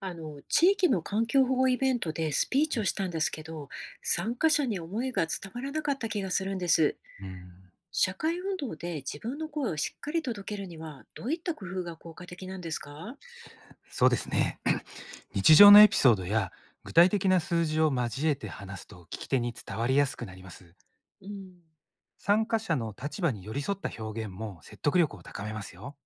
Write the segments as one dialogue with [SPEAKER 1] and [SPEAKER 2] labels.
[SPEAKER 1] 地域の環境保護イベントでスピーチをしたんですけど、参加者に思いが伝わらなかった気がするんです。
[SPEAKER 2] うん、
[SPEAKER 1] 社会運動で自分の声をしっかり届けるには、どういった工夫が効果的なんですか？
[SPEAKER 2] そうですね。日常のエピソードや具体的な数字を交えて話すと聞き手に伝わりやすくなります。
[SPEAKER 1] うん。
[SPEAKER 2] 参加者の立場に寄り添った表現も説得力を高めますよ。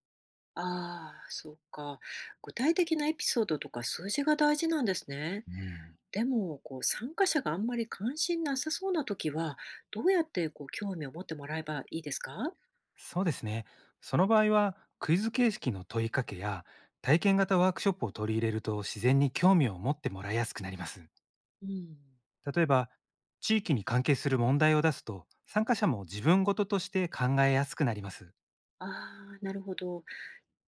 [SPEAKER 1] ああ、そうか。具体的なエピソードとか数字が大事なんですね。
[SPEAKER 2] うん、
[SPEAKER 1] でも、こう、参加者があんまり関心なさそうな時は、どうやってこう興味を持ってもらえばいいですか？
[SPEAKER 2] そうですね。その場合はクイズ形式の問いかけや体験型ワークショップを取り入れると自然に興味を持ってもらいやすくなります。
[SPEAKER 1] うん。
[SPEAKER 2] 例えば地域に関係する問題を出すと参加者も自分ごととして考えやすくなります。
[SPEAKER 1] ああ、なるほど。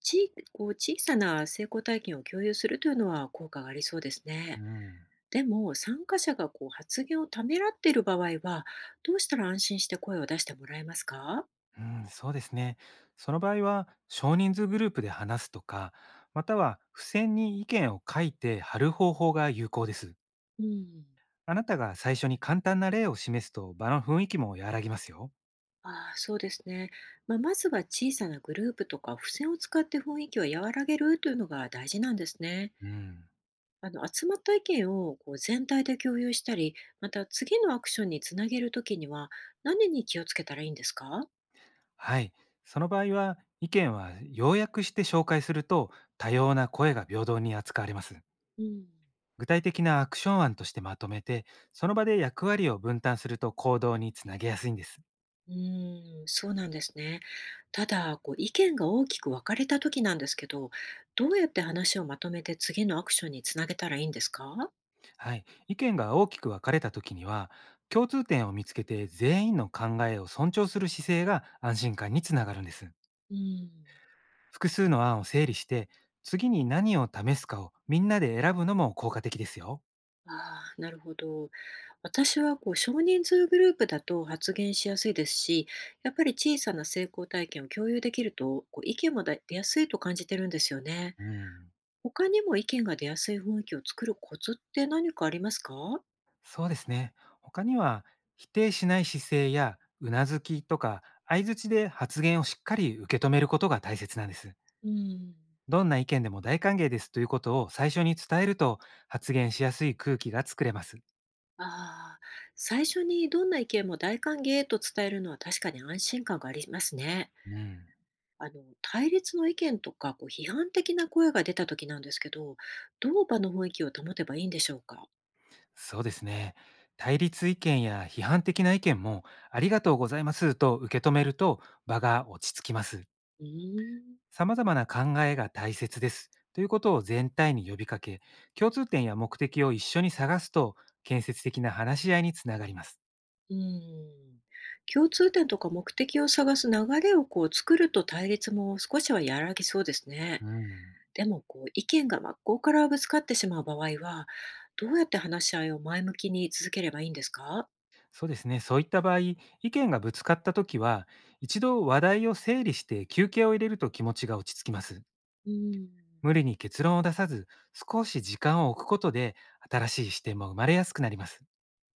[SPEAKER 1] こう小さな成功体験を共有するというのは効果がありそうです
[SPEAKER 2] う
[SPEAKER 1] ね。
[SPEAKER 2] ん
[SPEAKER 1] でも参加者がこう発言をためらっている場合はどうしたら安心して声を出してもらえますか？
[SPEAKER 2] うん、そうですね。その場合は、少人数グループで話すとか、または付箋に意見を書いて貼る方法が有効です。
[SPEAKER 1] うん。
[SPEAKER 2] あなたが最初に簡単な例を示すと場の雰囲気も和らぎますよ。
[SPEAKER 1] ああ、そうですね。まあ、まずは小さなグループとか付箋を使って雰囲気を和らげるというのが大事なんですね。
[SPEAKER 2] うん。
[SPEAKER 1] 集まった意見をこう全体で共有したり、また次のアクションにつなげるときには何に気をつけたらいいんですか？
[SPEAKER 2] はい。その場合は、意見は要約して紹介すると、多様な声が平等に扱われます。
[SPEAKER 1] うん。
[SPEAKER 2] 具体的なアクション案としてまとめて、その場で役割を分担すると行動につなげやすいんです。
[SPEAKER 1] うーん、そうなんですね。ただ、こう、意見が大きく分かれた時なんですけど、どうやって話をまとめて次のアクションにつなげたらいいんですか？
[SPEAKER 2] はい、意見が大きく分かれた時には、共通点を見つけて全員の考えを尊重する姿勢が安心感につながるんです。
[SPEAKER 1] うん。
[SPEAKER 2] 複数の案を整理して次に何を試すかをみんなで選ぶのも効果的ですよ。
[SPEAKER 1] ああ、なるほど。私はこう少人数グループだと発言しやすいですし、やっぱり小さな成功体験を共有できると、こう意見も出やすいと感じてるんですよね。
[SPEAKER 2] うん、
[SPEAKER 1] 他にも意見が出やすい雰囲気を作るコツって何かありますか？
[SPEAKER 2] そうですね。他には、否定しない姿勢やうなずきとか相づちで発言をしっかり受け止めることが大切なんです。
[SPEAKER 1] うん。
[SPEAKER 2] どんな意見でも大歓迎ですということを最初に伝えると、発言しやすい空気が作れます。
[SPEAKER 1] ああ、最初にどんな意見も大歓迎と伝えるのは確かに安心感がありますね。
[SPEAKER 2] うん、
[SPEAKER 1] 対立の意見とか、こう批判的な声が出た時なんですけど、どう場の雰囲気を保てばいいんでしょうか。
[SPEAKER 2] そうですね。対立意見や批判的な意見も、ありがとうございますと受け止めると場が落ち着きます。
[SPEAKER 1] うーん。
[SPEAKER 2] 様々な考えが大切です、ということを全体に呼びかけ、共通点や目的を一緒に探すと、建設的な話し合いにつながります。
[SPEAKER 1] うん。共通点とか目的を探す流れをこう作ると対立も少しは和らぎそうですね。
[SPEAKER 2] うん。
[SPEAKER 1] でもこう意見が真っ向からぶつかってしまう場合は、どうやって話し合いを前向きに続ければいいんですか。
[SPEAKER 2] そうですね。そういった場合、意見がぶつかったときは、一度話題を整理して休憩を入れると気持ちが落ち着きます。
[SPEAKER 1] うん。
[SPEAKER 2] 無理に結論を出さず、少し時間を置くことで、新しい視点も生まれやすくなります。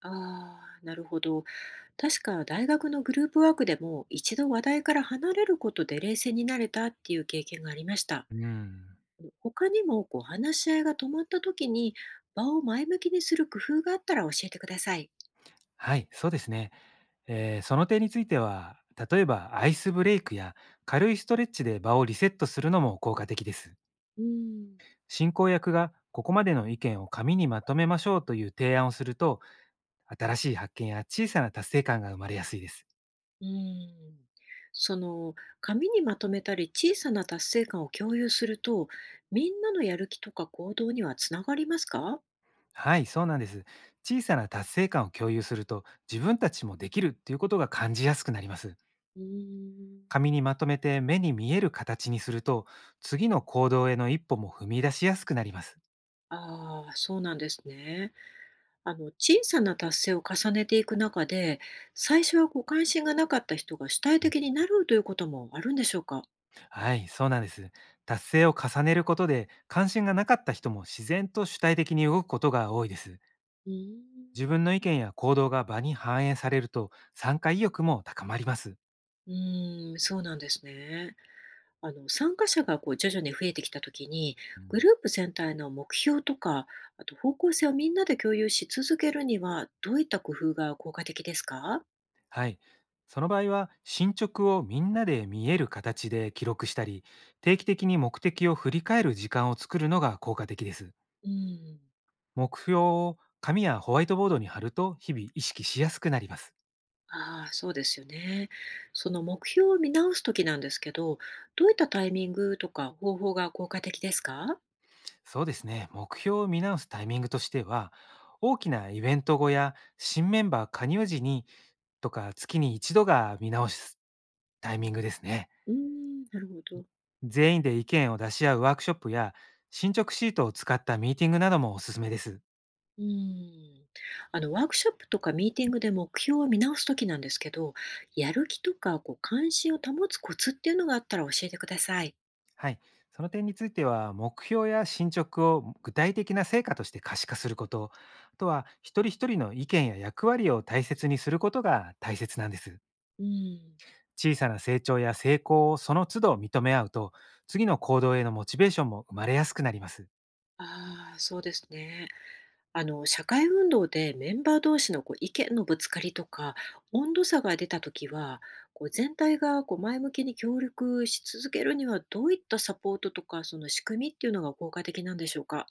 [SPEAKER 1] ああ、なるほど。確か大学のグループワークでも一度話題から離れることで冷静になれたっていう経験がありました。
[SPEAKER 2] うん、
[SPEAKER 1] 他にもこう話し合いが止まった時に場を前向きにする工夫があったら教えてください。
[SPEAKER 2] はい、そうですね。その点については、例えばアイスブレイクや軽いストレッチで場をリセットするのも効果的です。
[SPEAKER 1] うん、
[SPEAKER 2] 進行役がここまでの意見を紙にまとめましょう、という提案をすると、新しい発見や小さな達成感が生まれやすいです。
[SPEAKER 1] うーん。その紙にまとめたり小さな達成感を共有するとみんなのやる気とか行動にはつながりますか？
[SPEAKER 2] はい、そうなんです。小さな達成感を共有すると、自分たちもできるっていうことが感じやすくなります。
[SPEAKER 1] うーん。
[SPEAKER 2] 紙にまとめて目に見える形にすると、次の行動への一歩も踏み出しやすくなります。
[SPEAKER 1] ああー、そうなんですね。小さな達成を重ねていく中で、最初はご関心がなかった人が主体的になるということもあるんでしょうか？
[SPEAKER 2] はい、そうなんです。達成を重ねることで、関心がなかった人も自然と主体的に動くことが多いです。
[SPEAKER 1] うーん。
[SPEAKER 2] 自分の意見や行動が場に反映されると、参加意欲も高まります。
[SPEAKER 1] うーん、そうなんですね。参加者がこう徐々に増えてきた時に、
[SPEAKER 2] う
[SPEAKER 1] グ
[SPEAKER 2] ん、
[SPEAKER 1] ループ全体の目標とか、あと方向性をみんなで共有し続けるには、どういった工夫が効果的ですか？
[SPEAKER 2] はい。その場合は、進捗をみんなで見える形で記録したり、定期的に目的を振り返る時間を作るのが効果的です。
[SPEAKER 1] うーん。
[SPEAKER 2] 目標を紙やホワイトボードに貼ると、日々意識しやすくなります。
[SPEAKER 1] ああ、そうですよね。その目標を見直す時なんですけど、どういったタイミングとか方法が効果的ですか？
[SPEAKER 2] そうですね。目標を見直すタイミングとしては、大きなイベント後や新メンバー加入時に、とか月に一度が見直すタイミングですね。
[SPEAKER 1] うーん、なるほど。
[SPEAKER 2] 全員で意見を出し合うワークショップや進捗シートを使ったミーティングなどもおすすめです。
[SPEAKER 1] うーん。ワークショップとかミーティングで目標を見直すときなんですけど、やる気とか、こう、関心を保つコツっていうのがあったら教えてください。
[SPEAKER 2] はい。その点については、目標や進捗を具体的な成果として可視化すること、あとは一人一人の意見や役割を大切にすることが大切なんです。
[SPEAKER 1] うん。
[SPEAKER 2] 小さな成長や成功をその都度認め合うと、次の行動へのモチベーションも生まれやすくなります。
[SPEAKER 1] ああ、そうですね。社会運動でメンバー同士のこう意見のぶつかりとか、温度差が出たときは、こう全体がこう前向きに協力し続けるには、どういったサポートとか、その仕組みっていうのが効果的なんでしょうか。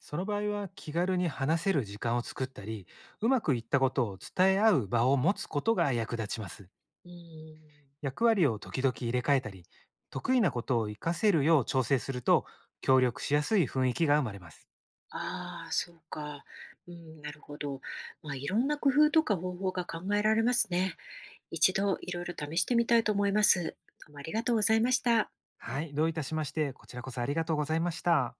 [SPEAKER 2] その場合は気軽に話せる時間を作ったり、うまくいったことを伝え合う場を持つことが役立ちます。
[SPEAKER 1] うん。
[SPEAKER 2] 役割を時々入れ替えたり、得意なことを活かせるよう調整すると、協力しやすい雰囲気が生まれます。
[SPEAKER 1] ああ、そうか。うん、なるほど。まあ、いろんな工夫とか方法が考えられますね。一度いろいろ試してみたいと思います。どうもありがとうございました。
[SPEAKER 2] はい、どういたしまして、こちらこそありがとうございました。